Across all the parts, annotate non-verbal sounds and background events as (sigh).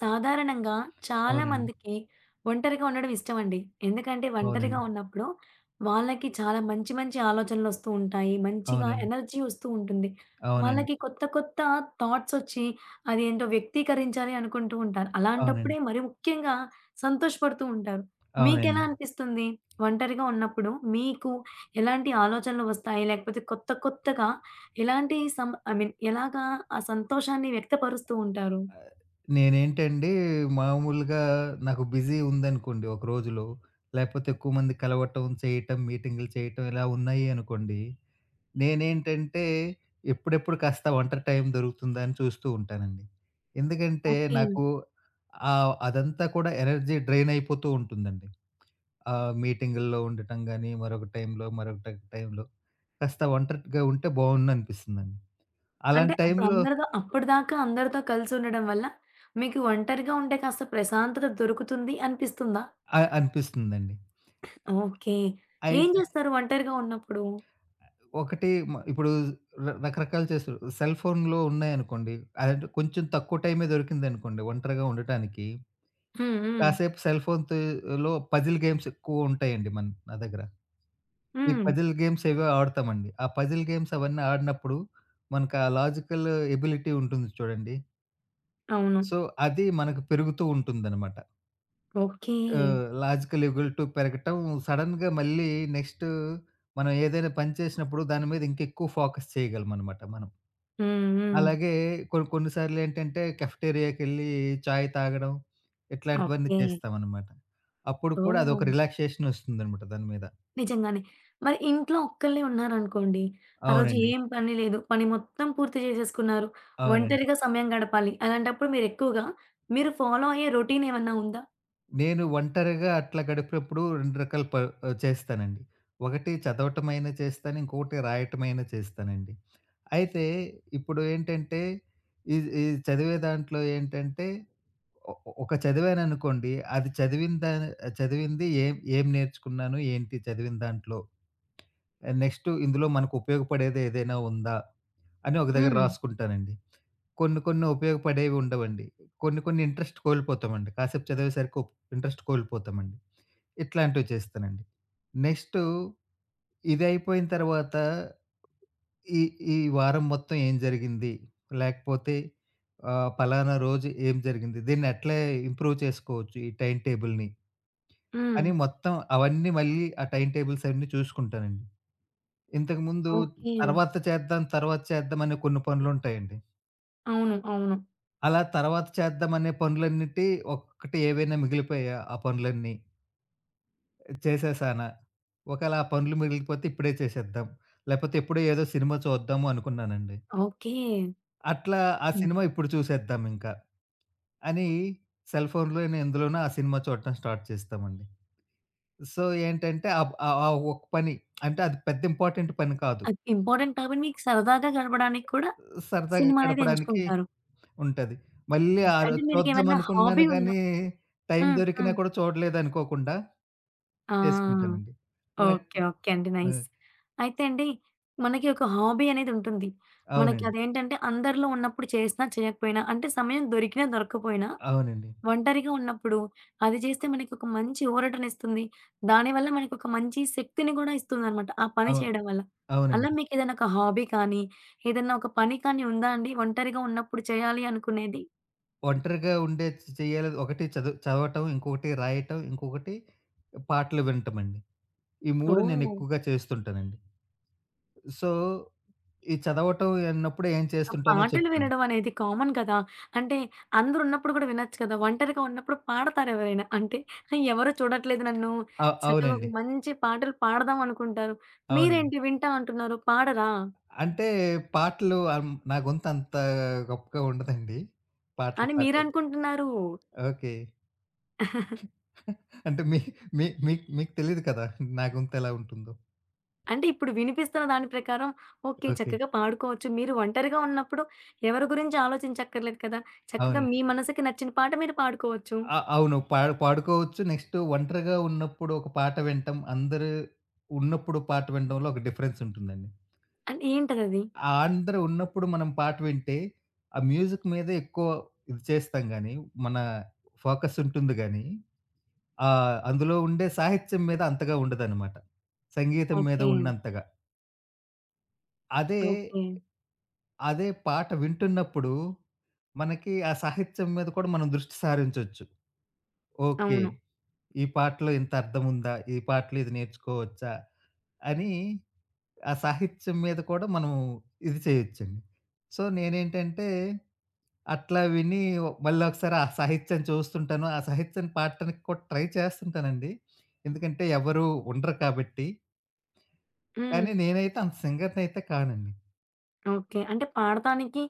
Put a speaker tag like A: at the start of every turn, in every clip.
A: సాధారణంగా చాలా
B: అవునండి.
A: మందికి ఒంటరిగా ఉండడం ఇష్టమండి. ఎందుకంటే ఒంటరిగా
B: అవునండి.
A: ఉన్నప్పుడు వాళ్ళకి చాలా మంచి మంచి ఆలోచనలొస్తూ ఉంటాయి. మంచిగా
B: అవునండి.
A: ఎనర్జీ వస్తూ ఉంటుంది.
B: అవునండి.
A: వాళ్ళకి కొత్త కొత్త థాట్సొచ్చి అదేంటో వ్యక్తీకరించాలి అనుకుంటూ ఉంటారు. అలాంటప్పుడే
B: అవునండి.
A: మరి ముఖ్యంగా సంతోషపడుతూ ఉంటారు. మీకెలా
B: అవునండి.
A: అనిపిస్తుంది? ఒంటరిగా ఉన్నప్పుడు మీకు ఎలాంటి ఆలోచనలు వస్తాయి? లేకపోతే కొత్త కొత్తగా ఎలాంటి ఐ మీన్ ఎలాగా ఆ సంతోషాన్ని వ్యక్తపరుస్తూ ఉంటారు?
B: ఆహ్, నేనేంటండి మామూలుగా నాకు బిజీ ఉందనుకోండి ఒక రోజులో, లేపోతే ఎక్కువ మంది కలవటం, చేయటం, మీటింగులు చేయటం ఇలా ఉన్నాయి అనుకోండి. నేనేంటంటే ఎప్పుడెప్పుడు కాస్త ఒంటరి టైం దొరుకుతుందా అని చూస్తూ ఉంటానండి. ఎందుకంటే
A: ఓకే.
B: నాకు అదంతా కూడా ఎనర్జీ డ్రైన్ అయిపోతూ ఉంటుందండి. మీటింగుల్లో ఉండటం గాని, మరొక టైంలో, మరొక టైంలో కాస్త ఒంటరిగా ఉంటే బావుండనిపిస్తుందండి.
A: అంటే
B: అలాంటి
A: అప్పుడు
B: టైంలో
A: అందరితో అప్పటిదాకా అందరితో కలిసుండడం వల్ల, మీకు ఒంటరిగా ఉంటే కాస్త ప్రశాంతత దొరుకుతుంది అనిపిస్తుందా?
B: అనిపిస్తుందండి.
A: ఓకే. ఏం
B: అయితే
A: చేస్తారు ఒంటరిగా ఉన్నప్పుడు?
B: ఒకటి ఇప్పుడు రకరకాలు చేస్తారు. సెల్ ఫోన్‌లో ఉన్నాయనుకోండి, అదంటే కొంచెం తక్కువ టైమే దొరికిందనుకోండి ఒంటరిగా ఉండటానికి,
A: హ్మ్. హ్మ్.
B: కాసేపు సెల్ ఫోన్‌తో లో పజిల్ గేమ్స్ ఎక్కువ ఉంటాయండి నా దగ్గర. ఈ
A: హ్మ్.
B: పజిల్ గేమ్స్ ఏవో ఆడతామండి. ఆ పజిల్ గేమ్స్ అవన్నీ ఆడినప్పుడు మనకు ఆ లాజికల్ ఎబిలిటీ ఉంటుంది చూడండి.
A: అవును.
B: సో, అది మనకు పెరుగుతూ ఉంటుందనమాట.
A: ఓకే.
B: లాజికల్ ఎబిలిటీ పెరగటం సడెన్‌గా మళ్ళీ నెక్స్ట్ మనం ఏదైనా పని చేసినప్పుడు దాని మీద ఇంకెక్కువ ఫోకస్ చేయగలమనమాట మనం.
A: హ్మ్. హ్మ్.
B: అలాగే కొన్ని కొన్ని సార్లేంటంటే కెఫెటేరియాకెళ్ళి చాయ్ తాగడం ఇట్లాంటివన్నీ
A: ఓకే.
B: చేస్తామనమాట. అప్పుడు కూడా అదొక
A: ఓహ్!
B: రిలాక్సేషన్ ఒస్తుందనమాట దాని మీద.
A: నిజంగానే. మరి ఇంట్లో ఒక్కళ్ళే ఉన్నారనుకోండి, ఆ రోజు
B: అవునండి.
A: ఏం పని లేదు. పని మొత్తం పూర్తి చేసేసుకున్నారు.
B: అవునండి.
A: ఒంటరిగా సమయం గడపాలి. అలాంటప్పుడు మీరెక్కువగా మీరు ఫాలో అయ్యే రొటీనేమన్నా ఉందా?
B: నేను ఒంటరిగా అట్లా గడిపినప్పుడు 2 రకాల చేస్తానండి. ఒకటి చదవటమైనా చేస్తాను. ఇంకొకటి రాయటమైనా చేస్తానండి. అయితే ఇప్పుడు ఏంటంటే, ఇది ఇది చదివే దాంట్లో ఏంటంటే, ఒ ఒక చదివాననుకోండి, అది చదివిన దా చదివింది ఏం ఏం నేర్చుకున్నాను, ఏంటి చదివిన దాంట్లో, నెక్స్ట్ ఇందులో మనకు ఉపయోగపడేది ఏదైనా ఉందా, అని ఒక దగ్గర
A: హ్మ్.
B: రాసుకుంటానండి. కొన్ని కొన్ని ఉపయోగపడేవి ఉండవండి. కొన్ని కొన్ని ఇంట్రెస్ట్ కోల్పోతామండి. కాసేపు చదివేసరికి ఇంట్రెస్ట్ కోల్పోతామండి. ఇట్లాంటివి చేస్తానండి. నెక్స్టు ఇదయిపోయిన తర్వాత ఈ ఈ వారం మొత్తం ఏం జరిగింది? లేకపోతే పలానా రోజు ఏం జరిగింది? దీన్ని ఎట్లా ఇంప్రూవ్ చేసుకోవచ్చు ఈ టైమ్ టేబుల్‌ని
A: హ్మ్.
B: అని మొత్తం అవన్నీ మళ్ళీ ఆ టైమ్ టేబుల్స్ అన్నీ చూసుకుంటానండి. ఇంతకుముందు
A: ఓకే.
B: తర్వాత చేద్దాం, తర్వాత చేద్దాం అనే కొన్ని పనులుంటాయండి.
A: అవును. అవును.
B: అలా తర్వాత చేద్దాం అనే పనులన్నిటి ఒక్కటి ఏవైనా మిగిలిపోయాయా ఆ పనులన్నీ? చేసేసానా? ఒకేళ ఆ పనులు మిగిలిపోతే ఇప్పుడే చేసేద్దాం. లేకపోతే ఎప్పుడో ఏదో సినిమా చూద్దాము అనుకున్నానండి.
A: ఓకే.
B: అట్లా ఆ
A: హ్మ్.
B: సినిమా ఇప్పుడు చూసేద్దాం ఇంకా. అని సెల్ ఫోన్‌లోనే ఎందులోనో ఆ సినిమా చూడటం స్టార్ట్ చేస్తామండి. సో, ఏంటంటే ఆబ్ ఆ ఆ ఒక పని అంటే అది పెద్ద ఇంపార్టెంట్ పని కాదు.
A: అది ఇంపార్టెంట్ కాబట్టి మీకు సరదాగా గడపడానికి కూడా
B: సరదాగా
A: సినిమా అనేది
B: గడపడానికి
A: ఎంచుకుంటారు.
B: ఉంటది. మళ్ళీ ఆ
A: ఓకే. అంటే
B: రోజు చూద్దాం
A: మీకేమన్నా హాబీ
B: అనుకున్నాను
A: ఉందా?
B: గానీ, టైం
A: హ్మ్.
B: దొరికినా
A: హ్మ్.
B: కూడా చూడలేదనుకోకుండా
A: ఆ!
B: చేసుకుంటానండి. Like
A: okay. ఓకే అండి.
B: ఆ!
A: నైస్. అయితే అండి మనకి ఒక హాబీ అనేది ఉంటుంది. మనకి
B: అవునండి.
A: అదేంటంటే అందరిలో ఉన్నప్పుడు చేసినా చేయకపోయినా అంటే సమయం దొరికినా దొరక్కపోయినా
B: అవునండి.
A: ఒంటరిగా ఉన్నప్పుడు అది చేస్తే మనకొక మంచి ఊరటనిస్తుంది. దానివల్ల మనకొక మంచి శక్తిని గూడా ఇస్తుందనమాట. ఆ పని
B: అవు
A: చేయడం వల్ల. అలా
B: అవునండి.
A: మీకేదైనా ఒక హాబీ కానీ, ఏదన్నా ఒక పని కానీ ఉందా అండి? ఒంటరిగా ఉన్నప్పుడు చేయాలి అనుకునేది?
B: ఒంటరిగా ఉండే చెయ్యాలి ఒకటి చదవటం, ఇంకొకటి రాయటం, ఇంకొకటి పాటలు వినటమండి. ఈ 3
A: ఓహ్!
B: నేనెక్కువగా చేస్తుంటానండి. సో, ఈ చదవటం అన్నప్పుడు ఏం
A: ఆ
B: చేస్తుంటానో
A: పాటలు
B: చెప్తాను.
A: వినడం అనేది కామన్ కదా! అంటే అందరూ ఉన్నప్పుడు కూడా వినొచ్చు కదా! ఒంటరిగా ఉన్నప్పుడు పాడతారు ఎవరైనా. అంటే ఎవరు చూడట్లేదు నన్ను. చక్కగా ఒక
B: అవునండి.
A: మంచి పాటలు పాడదాం అనుకుంటారు.
B: అవునండి.
A: మీరేంటి వింటా అంటున్నారు, పాడరా?
B: అంటే పాటలు నా గొంతంత గొప్పగా ఉండదండి. పాటలు
A: అని
B: పాడడం.
A: మీరనుకుంటున్నారు.
B: ఓకే. అంటే మీ మీ మీకు మీకు తెలీదు కదా! నా గొంతెలా ఉంటుందో.
A: అంటే ఇప్పుడు వినిపిస్తున్న దాని ప్రకారం ఓకే.
B: ఓకే.
A: చక్కగా పాడుకోవచ్చు. మీరు ఒంటరిగా ఉన్నప్పుడు ఎవరి గురించి ఆలోచించక్కర్లేదు కదా! చక్కగా
B: అవునండి.
A: మీ మనసుకి నచ్చిన పాట మీరు పాడుకోవచ్చు.
B: ఆ! అవును. పాడుకోవచ్చు. నెక్స్ట్ ఒంటరిగా ఉన్నప్పుడు ఒక పాట వినటం, అందరూ ఉన్నప్పుడు పాట వినడంలో ఒక డిఫరెన్స్ ఉంటుందండి.
A: అంటే ఏంటదది?
B: అందరూ ఉన్నప్పుడు మనం పాట వింటే, ఆ మ్యూజిక్ మీదే ఎక్కువ ఇది చేస్తాం గానీ, మన ఫోకస్ ఉంటుంది గానీ, అందులో ఉండే సాహిత్యం మీద అంతగా ఉండదనమాట. సంగీతం మీద
A: ఓకే.
B: ఉన్నంతగా. అదే
A: ఓకే.
B: అదే పాట వింటున్నప్పుడు, మనకి ఆ సాహిత్యం మీద కూడా మనం దృష్టి సారించొచ్చు. ఓకే.
A: అవును.
B: ఈ పాటలో ఇంత అర్థం ఉందా? ఈ పాటలో ఇది నేర్చుకోవచ్చా? అని ఆ సాహిత్యం మీద కూడా మనం ఇది చేయొచ్చండి. సో, నేనేంటంటే అట్లా విని మళ్ళొకసారి ఆ సాహిత్యం చూస్తుంటాను. ఆ సాహిత్యాన్ని పాడటానికి కూడా ట్రై చేస్తుంటానండి. ఎందుకంటే ఎవరు ఉండరు కాబట్టి.
A: హ్మ్.
B: కానీ నేనైతే అంత సింగర్‌నయితే కానండి.
A: ఓకే. అంటే పాడటానికి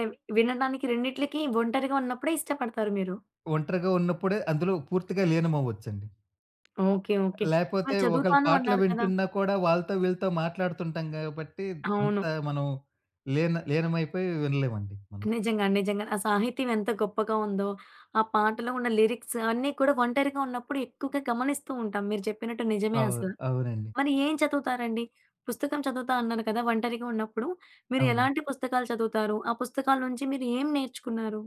A: ఆహ్, వినడానికి రెండిట్లకి ఒంటరిగా ఉన్నప్పుడే ఇష్టపడతారు మీరు.
B: ఒంటరిగా ఉన్నప్పుడే అందులో పూర్తిగా లీనమవ్వొచ్చండి.
A: ఓకే. ఓకే. మరి
B: లేపోతే ఒకళ్ళ
A: చదువుతాను
B: పాటలు
A: అన్నారు కదా!
B: వింటున్నా కూడా వాళ్ళతో వీళ్ళతో మాట్లాడుతుంటాం గాబట్టి అంత
A: అవును.
B: మనం లీనమైపోయి వినలేమండి మనం.
A: నిజంగా. నిజంగా. ఆ సాహిత్యం ఎంత గొప్పగా ఉందో, ఆ పాటలో ఉన్న లిరిక్స్ అన్నీ కూడా ఒంటరిగా ఉన్నప్పుడు ఎక్కువగా గమనిస్తూ ఉంటాం. మీరు చెప్పినట్టు నిజమే
B: అవు
A: అసల.
B: అవునండి.
A: మరి ఏం చదువుతారండి? పుస్తకం చదువుతా అన్నారు కదా! ఒంటరిగా ఉన్నప్పుడు మీరు
B: అవును.
A: ఎలాంటి పుస్తకాలు చదువుతారు? ఆ పుస్తకాల నుంచి మీరు ఏం నేర్చుకున్నారు?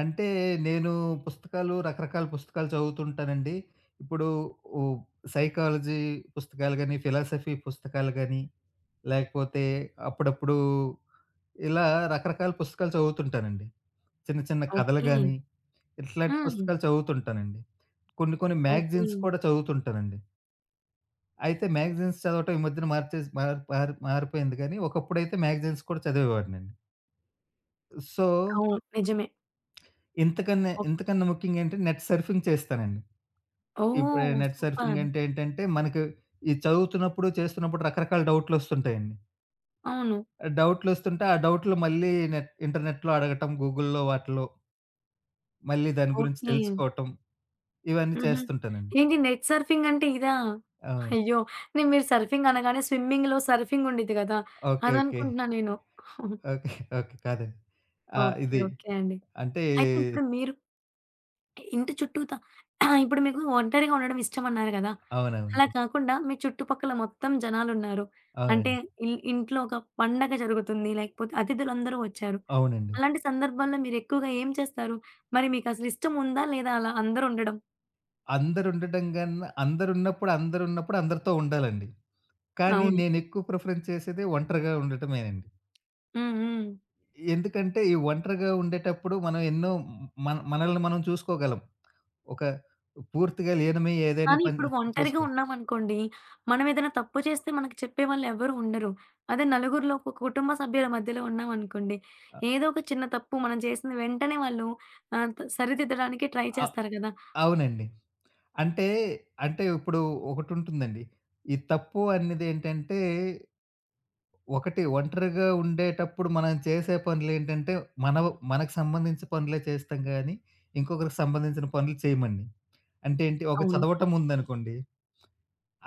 B: అంటే నేను రకరకాల పుస్తకాలు చదువుతుంటానండి. ఇప్పుడు ఓ సైకాలజీ పుస్తకాలు గాని, ఫిలాసఫీ పుస్తకాలు గాని, లేకపోతే అప్పుడప్పుడు ఇలా రకరకాల పుస్తకాలు చదువుతుంటానండి. చిన్న చిన్న కథలు
A: ఓకే.
B: గాని, ఇట్లాంటి
A: హ్మ్.
B: పుస్తకాలు చదువుతుంటానండి. కొన్ని కొన్ని
A: ఓకే.
B: మ్యాగజైన్స్ కూడా చదువుతుంటానండి. అయితే మ్యాగజైన్స్ చదవటం ఈ మధ్యన మార్చేసి మార్ మార్ మారిపోయింది కానీ, ఒకప్పుడైతే మ్యాగజైన్స్ కూడా చదివేవాడినండి. సో,
A: అవును. నిజమే.
B: ఇంతకన్నా ఇంతకన్నా ముఖ్యంగా ఏంటంటే నెట్ సర్ఫింగ్ చేస్తానండి. ఇప్పుడు
A: ఓహ్!
B: Net surfing
A: super.
B: అంటే ఏంటంటే, మనకి ఈ చదువుతున్నప్పుడు, చేస్తున్నప్పుడు రకరకాల డౌట్‌లొస్తుంటాయండి.
A: అవును.
B: డౌట్‌లొస్తుంటే, ఆ డౌట్‌లు మళ్ళీ ఇంటర్నెట్‌లో అడగటం, గూగుల్‌లో వాటిలో, మళ్ళీ దాని గురించి
A: ఓకే.
B: తెలుసుకోవటం, ఇవన్నీ
A: హుహు.
B: చేస్తుంటానండి.
A: ఏంటి నెట్ సర్ఫింగ్ అంటే ఇదా?
B: అవునండి.
A: అయ్యో! నేను మీరు సర్ఫింగ్ అనగానే స్విమ్మింగ్‌లో సర్ఫింగ్ ఉండిద్ది గదా!
B: ఓకే. ఓకే.
A: అదనుకుంటున్నా నేను.
B: ఓకే. ఓకే. కాదండి. ఆ!
A: ఓకే.
B: ఇది
A: ఓకే అండి.
B: అంటే
A: అయితే ఇప్పుడు మీరు ఇంటి చుట్టూతా (clears throat) ఇప్పుడు మీకు ఒంటరిగా ఉండడం ఇష్టమన్నారు గదా! అలా
B: అవునవునండి.
A: కాకుండా మీ చుట్టుపక్కల మొత్తం జనాలున్నారు. అంటే
B: అవునండి.
A: ఇంట్లో ఒక పండగ జరుగుతుంది. లేకపోతే అతిథులందరూ వచ్చారు.
B: అవునండి.
A: అలాంటి సందర్భాల్లో మీరెక్కువగా ఏం చేస్తారు? మరి మీకసలు ఇష్టముందా లేదా అలా అందరూ ఉండడం?
B: అందరుండటం కన్నా అందరున్నప్పుడు, అందరున్నప్పుడు అందరితో ఉండాలండి. కానీ
A: అవును.
B: నేనెక్కువ ప్రిఫరెన్స్ చేసేది ఒంటరిగా ఉండటమేనండి.
A: హ్మ్. హ్మ్.
B: ఎందుకంటే, ఈ ఒంటరిగా ఉండేటప్పుడు మనం ఎన్నో మనల్ని మనం చూసుకోగలం. ఒక పూర్తిగా లీనమై ఏదైనా
A: కానీ ఇప్పుడు
B: పని
A: ఒంటరిగా
B: చేసుకో
A: ఉన్నామనుకోండి, మనమేదైనా తప్పు చేస్తే మనకు చెప్పేవాళ్ళు ఎవరు ఉండరు. అదే నలుగురిలో ఒక కుటుంబ సభ్యుల మధ్యలో ఉన్నామనుకోండి,
B: అ
A: ఏదో ఒక చిన్న తప్పు మనం చేసింది వెంటనే వాళ్ళు ఆహ్, త సరిదిద్దడానికి ట్రై
B: అ
A: చేస్తారు కదా!
B: అవునండి. అంటే, అంటే ఇప్పుడు ఒకటుంటుందండి. ఈ తప్పు అన్నదేంటంటే, ఒకటి ఒంటరిగా ఉండేటప్పుడు మనం చేసే పనులేంటంటే, మనకు సంబంధించిన పనులే చేస్తాం గానీ, ఇంకొకరికి సంబంధించిన పనులు చేయమండి. అంటే ఏంటి, ఒక
A: అవును.
B: చదవటం ఉందనుకోండి,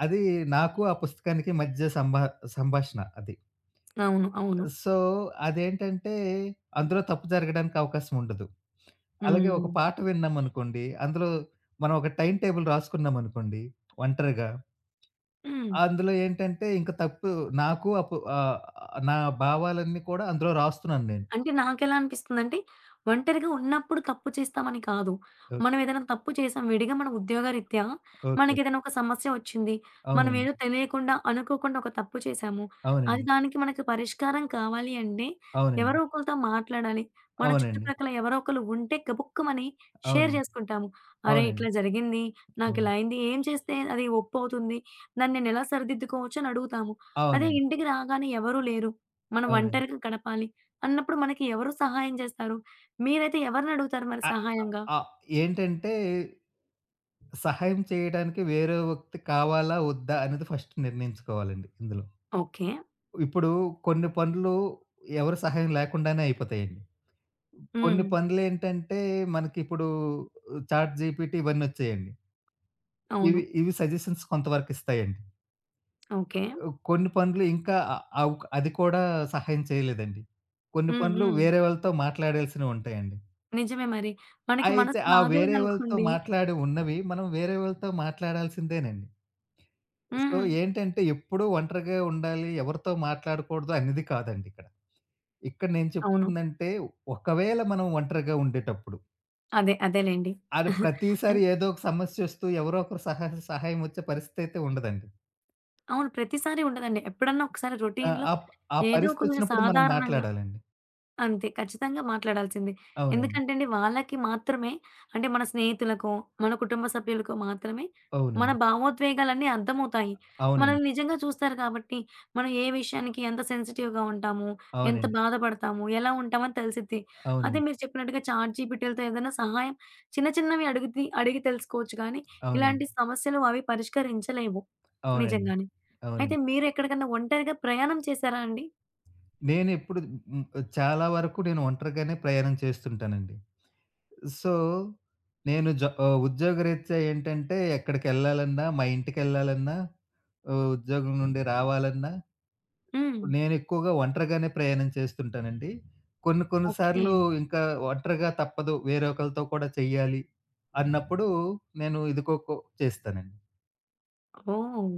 B: అది నాకు, ఆ పుస్తకానికి మధ్య సంభాషణ అది.
A: అవును. అవును.
B: సో, అదేంటంటే, అందులో తప్పు జరగడానికి అవకాశం ఉండదు. అలాగే
A: హ్మ్.
B: ఒక పాట విన్నామనుకోండి, అందులో మనం ఒక టైమ్ టేబుల్ రాసుకున్నామనుకోండి ఒంటరిగా,
A: హ్మ్.
B: అందులో ఏంటంటే ఇంక తప్పు నాకు అప్పు ఆహ్, నా భావాలన్నీ కూడా అందులో రాస్తున్నాను నేను.
A: అంటే నాకెలా అనిపిస్తుందంటే, ఒంటరిగా ఉన్నప్పుడు తప్పు చేస్తామని కాదు. మనం
B: ఓకే.
A: ఏదైనా తప్పు చేసాం విడిగా మన ఉద్యోగరీత్యా
B: ఓకే.
A: మనకేదైనా ఒక సమస్య వచ్చింది. మనం ఏదో
B: అవునండి.
A: తెలియకుండా, అనుకోకుండా ఒక తప్పు చేశాము. అది
B: అవునండి.
A: దానికి మనకి పరిష్కారం కావాలి అంటే, ఎవరో
B: అవునండి.
A: ఒకళ్ళతో మాట్లాడాలి. మన
B: అవునండి.
A: చుట్టుప్రక్కల ఎవరో ఒకళ్ళు ఉంటే గబుక్కుమని షేర్
B: అవునండి.
A: చేసుకుంటాము.
B: అవునండి.
A: "అరే!
B: అవునండి.
A: ఇట్లా జరిగింది. నాకిలా
B: అవును.
A: అయింది. ఏం చేస్తే అది ఒప్పవుతుంది? దాన్ని నేనెలా సరిదిద్దుకోవచ్చు?" అని అడుగుతాము. అదే
B: అవునండి.
A: ఇంటికి రాగానే ఎవరూ లేరు. మనం
B: అవునండి.
A: ఒంటరిగా గడపాలి. అన్నప్పుడు మనకి ఎవరు సహాయం చేస్తారు? మీరైతే ఎవరిని అడుగుతారు మరి సహాయంగా?
B: ఆ! ఏంటంటే, సహాయం చేయడానికి వేరే వ్యక్తి కావాలా? వద్దా? అనేది ఫస్ట్ నిర్ణయించుకోవాలండి ఇందులో.
A: ఓకే.
B: ఇప్పుడు కొన్ని పనులు ఎవరి సహాయం లేకుండానే అయిపోతాయండి.
A: హ్మ్.
B: కొన్ని పనులేంటంటే, మనకిప్పుడు చాట్ జీపీటీ ఇవన్నొచ్చాయండి.
A: అవును.
B: ఇవి ఇవి సజెషన్స్ కొంతవరకు ఇస్తాయండి.
A: ఓకే.
B: కొన్ని పనులు ఇంకా అ అవ్ అది కూడా సహాయం చేయలేదండి. కొన్ని
A: హ్మ్.
B: పనులు
A: హ్మ్.
B: వేరే వాళ్ళతో మాట్లాడాల్సినవి ఉంటాయండి.
A: నిజమే మరి. మనకి
B: అయితే,
A: మనసు
B: ఆ వేరే వాళ్ళతో
A: బాగలేదనుకోండి
B: మాట్లాడి ఉన్నవి, మనం వేరే వాళ్ళతో మాట్లాడాల్సిందేనండి. సో,
A: హ్మ్.
B: ఏంటంటే ఎప్పుడూ ఒంటరిగా ఉండాలి, ఎవరితో మాట్లాడకూడదు అనేది కాదండి ఇక్కడ. ఇక్కడ నేను
A: అవును.
B: చెప్తుందంటే, ఒకవేళ మనం ఒంటరిగా ఉండేటప్పుడు,
A: అదే. అదేలెండి.
B: అది ప్రతిసారి
A: అన్
B: ఏదో ఒక సమస్యొస్తూ ఎవరో ఒకరు సహాయం వచ్చే పరిస్థితయితే ఉండదండి.
A: అవును. ప్రతిసారి ఉండదండి. ఎప్పుడన్నా ఒకసారి
B: ఆ!
A: రొటీన్‌లో
B: అప్ ఆ
A: ఏదో ఒక రోజు
B: పరిస్థితొచ్చినప్పుడు మనం
A: సాధారణంగా
B: మాట్లాడాలండి.
A: అంతే. ఖచ్చితంగా మాట్లాడాల్సిందే.
B: అవునండి.
A: ఎందుకంటే అండి, వాళ్ళకి మాత్రమే అంటే మన స్నేహితులకో, మన కుటుంబ సభ్యులకో మాత్రమే మన
B: అవునండి.
A: భావోద్వేగాలన్నీ అర్థమవుతాయి. మనల్ని
B: అవునండి.
A: నిజంగా చూస్తారు కాబట్టి, మనం ఏ విషయానికి ఎంత సెన్సిటివ్‌గా ఉంటాము, ఎంత
B: అవునండి.
A: బాధపడతాము, ఎలా ఉంటామని తెలిసిద్ది. అదే
B: అవునండి.
A: మీరు చెప్పినట్టుగా చాట్‌జీపీటీలతో ఏదైనా సహాయం చిన్న చిన్నవి అడిగి తెలుసుకోవచ్చు కానీ,
B: అవునండి.
A: ఇలాంటి సమస్యలు అవి పరిష్కరించలేవు.
B: అవునండి.
A: నిజంగానే. అయితే
B: అవునండి.
A: మీరెక్కడికన్నా ఒంటరిగా ప్రయాణం చేశారా అండి?
B: నేనెప్పుడు హ్మ్, చాలా వరకు నేను ఒంటరిగానే ప్రయాణం చేస్తుంటానండి. సో, నేను ఉద్యోగరీత్యా ఏంటంటే ఎక్కడికెళ్ళాలన్నా, మా ఇంటికెళ్ళాలన్నా, ఉద్యోగం నుండి రావాలన్నా
A: హ్మ్.
B: నేనెక్కువగా ఒంటరిగానే ప్రయాణం చేస్తుంటానండి. కొన్ని కొన్ని
A: ఓకే.
B: సార్లు ఇంకా ఒంటరిగా తప్పదు, వేరే ఒకళ్ళతో కూడా చెయ్యాలి అన్నప్పుడు నేను ఇదిగోకో చేస్తానండి.
A: ఓహ్!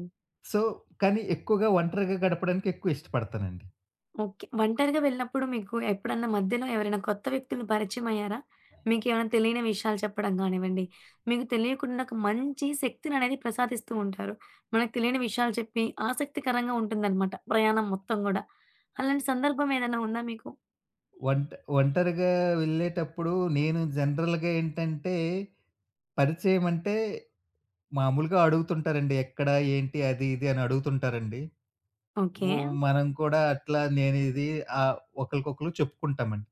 B: సో, కానీ ఎక్కువగా ఒంటరిగా గడపడానికి ఎక్కువ ఇష్టపడతానండి.
A: ఓకే. ఒంటరిగా వెళ్ళినప్పుడు మీకు ఎప్పుడన్నా మధ్యలో ఎవరైనా కొత్త వ్యక్తులు పరిచయమయ్యారా? మీకేమైనా తెలియని విషయాలు చెప్పడం గానివ్వండి, మీకు తెలియకుండా ఒక మంచి శక్తిననేది ప్రసాదిస్తూ ఉంటారు. మనకు తెలియని విషయాలు చెప్పి ఆసక్తికరంగా ఉంటుందనమాట ప్రయాణం మొత్తం గూడా. అలాంటి సందర్భం ఏదైనా ఉందా మీకు?
B: ఒంట ఒంటరిగా వెళ్ళేటప్పుడు నేను జనరల్‌గా ఏంటంటే పరిచయమంటే మామూలుగా అడుగుతుంటారండి. ఎక్కడ, ఏంటి, అది, ఇది అని అడుగుతుంటారండి.
A: ఓకే.
B: ఓ మనం కూడా అట్లా ఆహ్, ఒకళ్ళకొకళ్ళు చెప్పుకుంటామండి.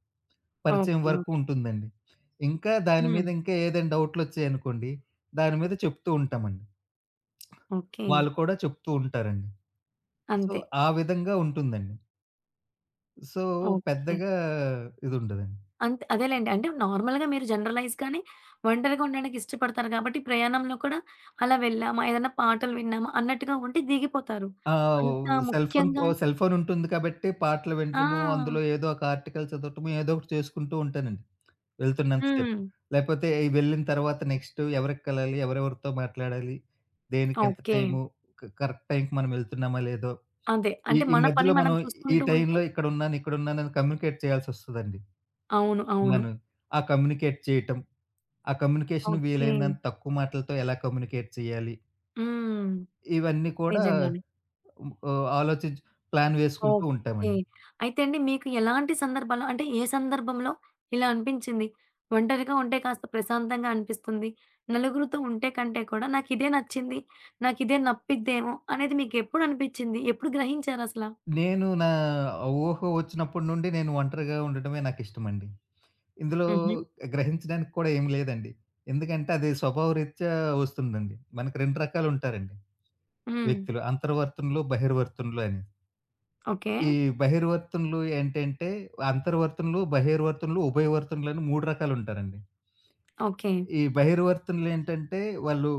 B: పరిచయం
A: ఓకే. ఓకే.
B: వరకు ఉంటుందండి. ఇంకా దాని మీద
A: హ్మ్.
B: ఇంకా ఏదైనా డౌట్‌లొచ్చాయనుకోండి, దాని మీద చెప్తూ ఉంటామండి.
A: ఓకే.
B: వాళ్ళు కూడా చెప్తూ ఉంటారండి. సో,
A: అంతే.
B: ఆ విధంగా ఉంటుందండి. So,
A: okay.
B: పెద్దగా ఇదుండదండి.
A: అదేలెండి. అంటే నార్మల్‌గా మీరు జనరలైజ్‌గానే ఒంటరిగా ఉండడానికి ఇష్టపడతారు కాబట్టి, ప్రయాణంలో కూడా అలా వెళ్ళామా, ఏదైనా పాటలు విన్నామా అన్నట్టుగా ఉంటే దిగిపోతారు.
B: ఆ!
A: అంత ముఖ్యంగా
B: సెల్ ఫోన్ ఉంటుంది కాబట్టి పాటలు
A: ఆ!
B: వినటము, అందులో ఏదో ఒక ఆర్టికల్ చదవటము, ఏదో ఒకటి చేసుకుంటూ ఉంటానండి. వెళ్తున్నంత
A: హ్మ్.
B: సేపు. లేకపోతే ఈ వెళ్ళిన తర్వాత నెక్స్ట్ ఎవరికి కలాలి? ఎవరెవరితో మాట్లాడాలి? దేనికి ఎంత
A: ఓకే.
B: టైము? కరెక్ట్ టైంకి మనం వెళ్తున్నామా? లేదో?
A: అదే.
B: ఈ
A: అంటే
B: ఈ
A: మన పని
B: మధ్యలో
A: మనం
B: మనం ఈ
A: చూసుకుంటూ ఉంటే
B: టైంలో ఇక్కడున్నాను, ఇక్కడున్నానని కమ్యూనికేట్ చేయాల్సొస్తదండి.
A: అవును. అవును.
B: మనం ఆ కమ్యూనికేట్ చేయటం, ఆ కమ్యూనికేషన్
A: ఓకే.
B: వీలైనంత తక్కువ మాటలతో ఎలా కమ్యూనికేట్ చేయాలి?
A: హ్మ్.
B: ఇవన్నీ కూడా
A: నిజంగానే.
B: ఆలోచించి ప్లాన్ వేసుకుంటూ
A: ఓకే.
B: ఉంటామండి.
A: అయితే అండి మీకు ఎలాంటి సందర్భాల్లో అంటే ఏ సందర్భంలో ఇలా అనిపించింది? ఒంటరిగా ఉంటే కాస్త ప్రశాంతంగా అనిపిస్తుంది. నలుగురితో ఉంటే కంటే కూడా నాకిదే నచ్చింది. నాకిదే నప్పిద్దేమో అనేది మీకెప్పుడు అనిపిచ్చింది? ఎప్పుడు గ్రహించారసల?
B: నేను నా ఊహ వచ్చినప్పటి నుండి నేను ఒంటరిగా ఉండటమే నాకిష్టమండి. ఇందులో
A: హుహు.
B: గ్రహించడానికి కూడా ఏమి లేదండి. ఎందుకంటే అది స్వభావరీత్యా వస్తుందండి. మనకు 2 రకాలుంటారండి
A: హ్మ్.
B: వ్యక్తులు. అంతర్వర్తనులు, బహిర్వర్తనులు అని.
A: ఓకే.
B: ఈ బహిర్వర్తనులు ఏంటంటే, అంతర్వర్తనులు, బహిర్వర్తనులు, ఉభయవర్తనులు అని 3 రకాలుంటారండి.
A: ఓకే.
B: ఈ బహిర్వర్తనులేంటంటే వాళ్ళు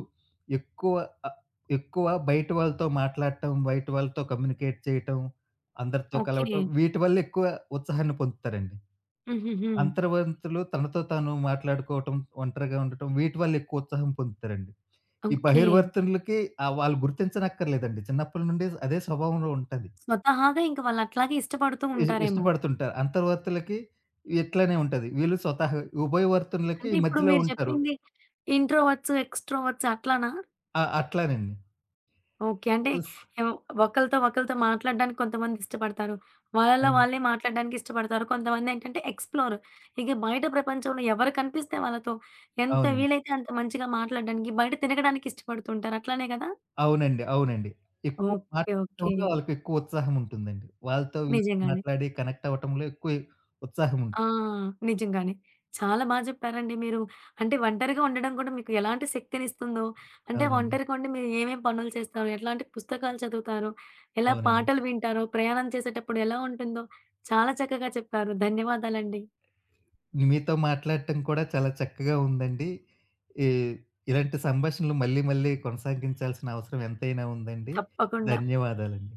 B: ఎక్కువ ఆహ్, ఎక్కువ బయట వాళ్ళతో మాట్లాడటం, బయట వాళ్ళతో కమ్యూనికేట్ చేయటం, అందరితో
A: ఓకే.
B: కలవటం వీటి వల్ల ఎక్కువ ఉత్సాహాన్ని పొందుతారండి.
A: హుహుహు.
B: అంతర్వర్తులు తనతో తాను మాట్లాడుకోవటం, ఒంటరిగా ఉండటం వీటి వల్ల ఎక్కువ ఉత్సాహం పొందుతారండి. ఈ
A: ఓకే.
B: బహిర్వర్తనులకి వాళ్ళు గుర్తించనక్కర్లేదండి. చిన్నప్పటి నుండి అదే స్వభావంలో ఉంటది.
A: స్వతహాగా ఇంక వాళ్ళట్లాగే ఇష్టపడుతూ ఉంటారేమో!
B: ఇష్టపడుతుంటారు. అంతర్వర్తులకి ఇట్లనే ఉంటది. వీళ్ళు స్వతహా ఉభయవర్తనులకి
A: అంటే ఇప్పుడు
B: మధ్యలో
A: మీరు
B: ఉంటారు.
A: చెప్పింది ఇంట్రోవర్ట్స్, ఎక్స్‌ట్రోవర్ట్స్ అట్లానా?
B: ఆ! అట్లానండి.
A: ఓకే. అంటే
B: స్
A: ఏవ్ ఒకళ్ళతో ఒకళ్ళతో మాట్లాడడానికి కొంతమంది ఇష్టపడతారు. వాళ్ళలో
B: అవును.
A: వాళ్ళే మాట్లాడడానికి ఇష్టపడతారు. కొంతమందేంటంటే ఎక్స్‌ప్లోర్. ఇక బయట ప్రపంచంలో ఎవరు కనిపిస్తే వాళ్ళతో ఎంత
B: అవునండి.
A: వీలైతే అంత మంచిగా మాట్లాడడానికి, బయట తిరగడానికి ఇష్టపడుతుంటారు. అట్లానే గదా?
B: అవునండి. అవునండి. ఎక్కువ
A: ఓకే. ఓకే.
B: మాట్లాడటంలో వాళ్ళకెక్కువ ఉత్సాహం ఉంటుందండి. వాళ్ళతో వీళ్ళతో
A: నిజంగానే.
B: మాట్లాడి కనెక్ట్ అవ్వటంలో ఎక్కువ ఉత్సాహం ఉంటుంది.
A: ఆ! నిజంగానే. చాలా చెప్పారండి మీరు. అంటే ఒంటరిగా ఉండడం కూడా మీకు ఎలాంటి శక్తినిస్తుందో, అంటే
B: అవునండి.
A: ఒంటరిగా ఉండి మీరు ఏమేమి పనులు చేస్తారు? ఎట్లాంటి పుస్తకాలు చదువుతారు? ఎలా
B: అవునండి.
A: పాటలు వింటారో? ప్రయాణం చేసేటప్పుడు ఎలా ఉంటుందో? చాలా చక్కగా చెప్పారు. ధన్యవాదాలండి.
B: మీతో మాట్లాడటం కూడా చాలా చక్కగా ఉందండి. ఈ ఇలాంటి సంభాషణలు మళ్ళీ మళ్ళీ కొనసాగించాల్సిన అవసరం ఎంతైనా ఉందండి.
A: తప్పకుండా.
B: ధన్యవాదాలండి.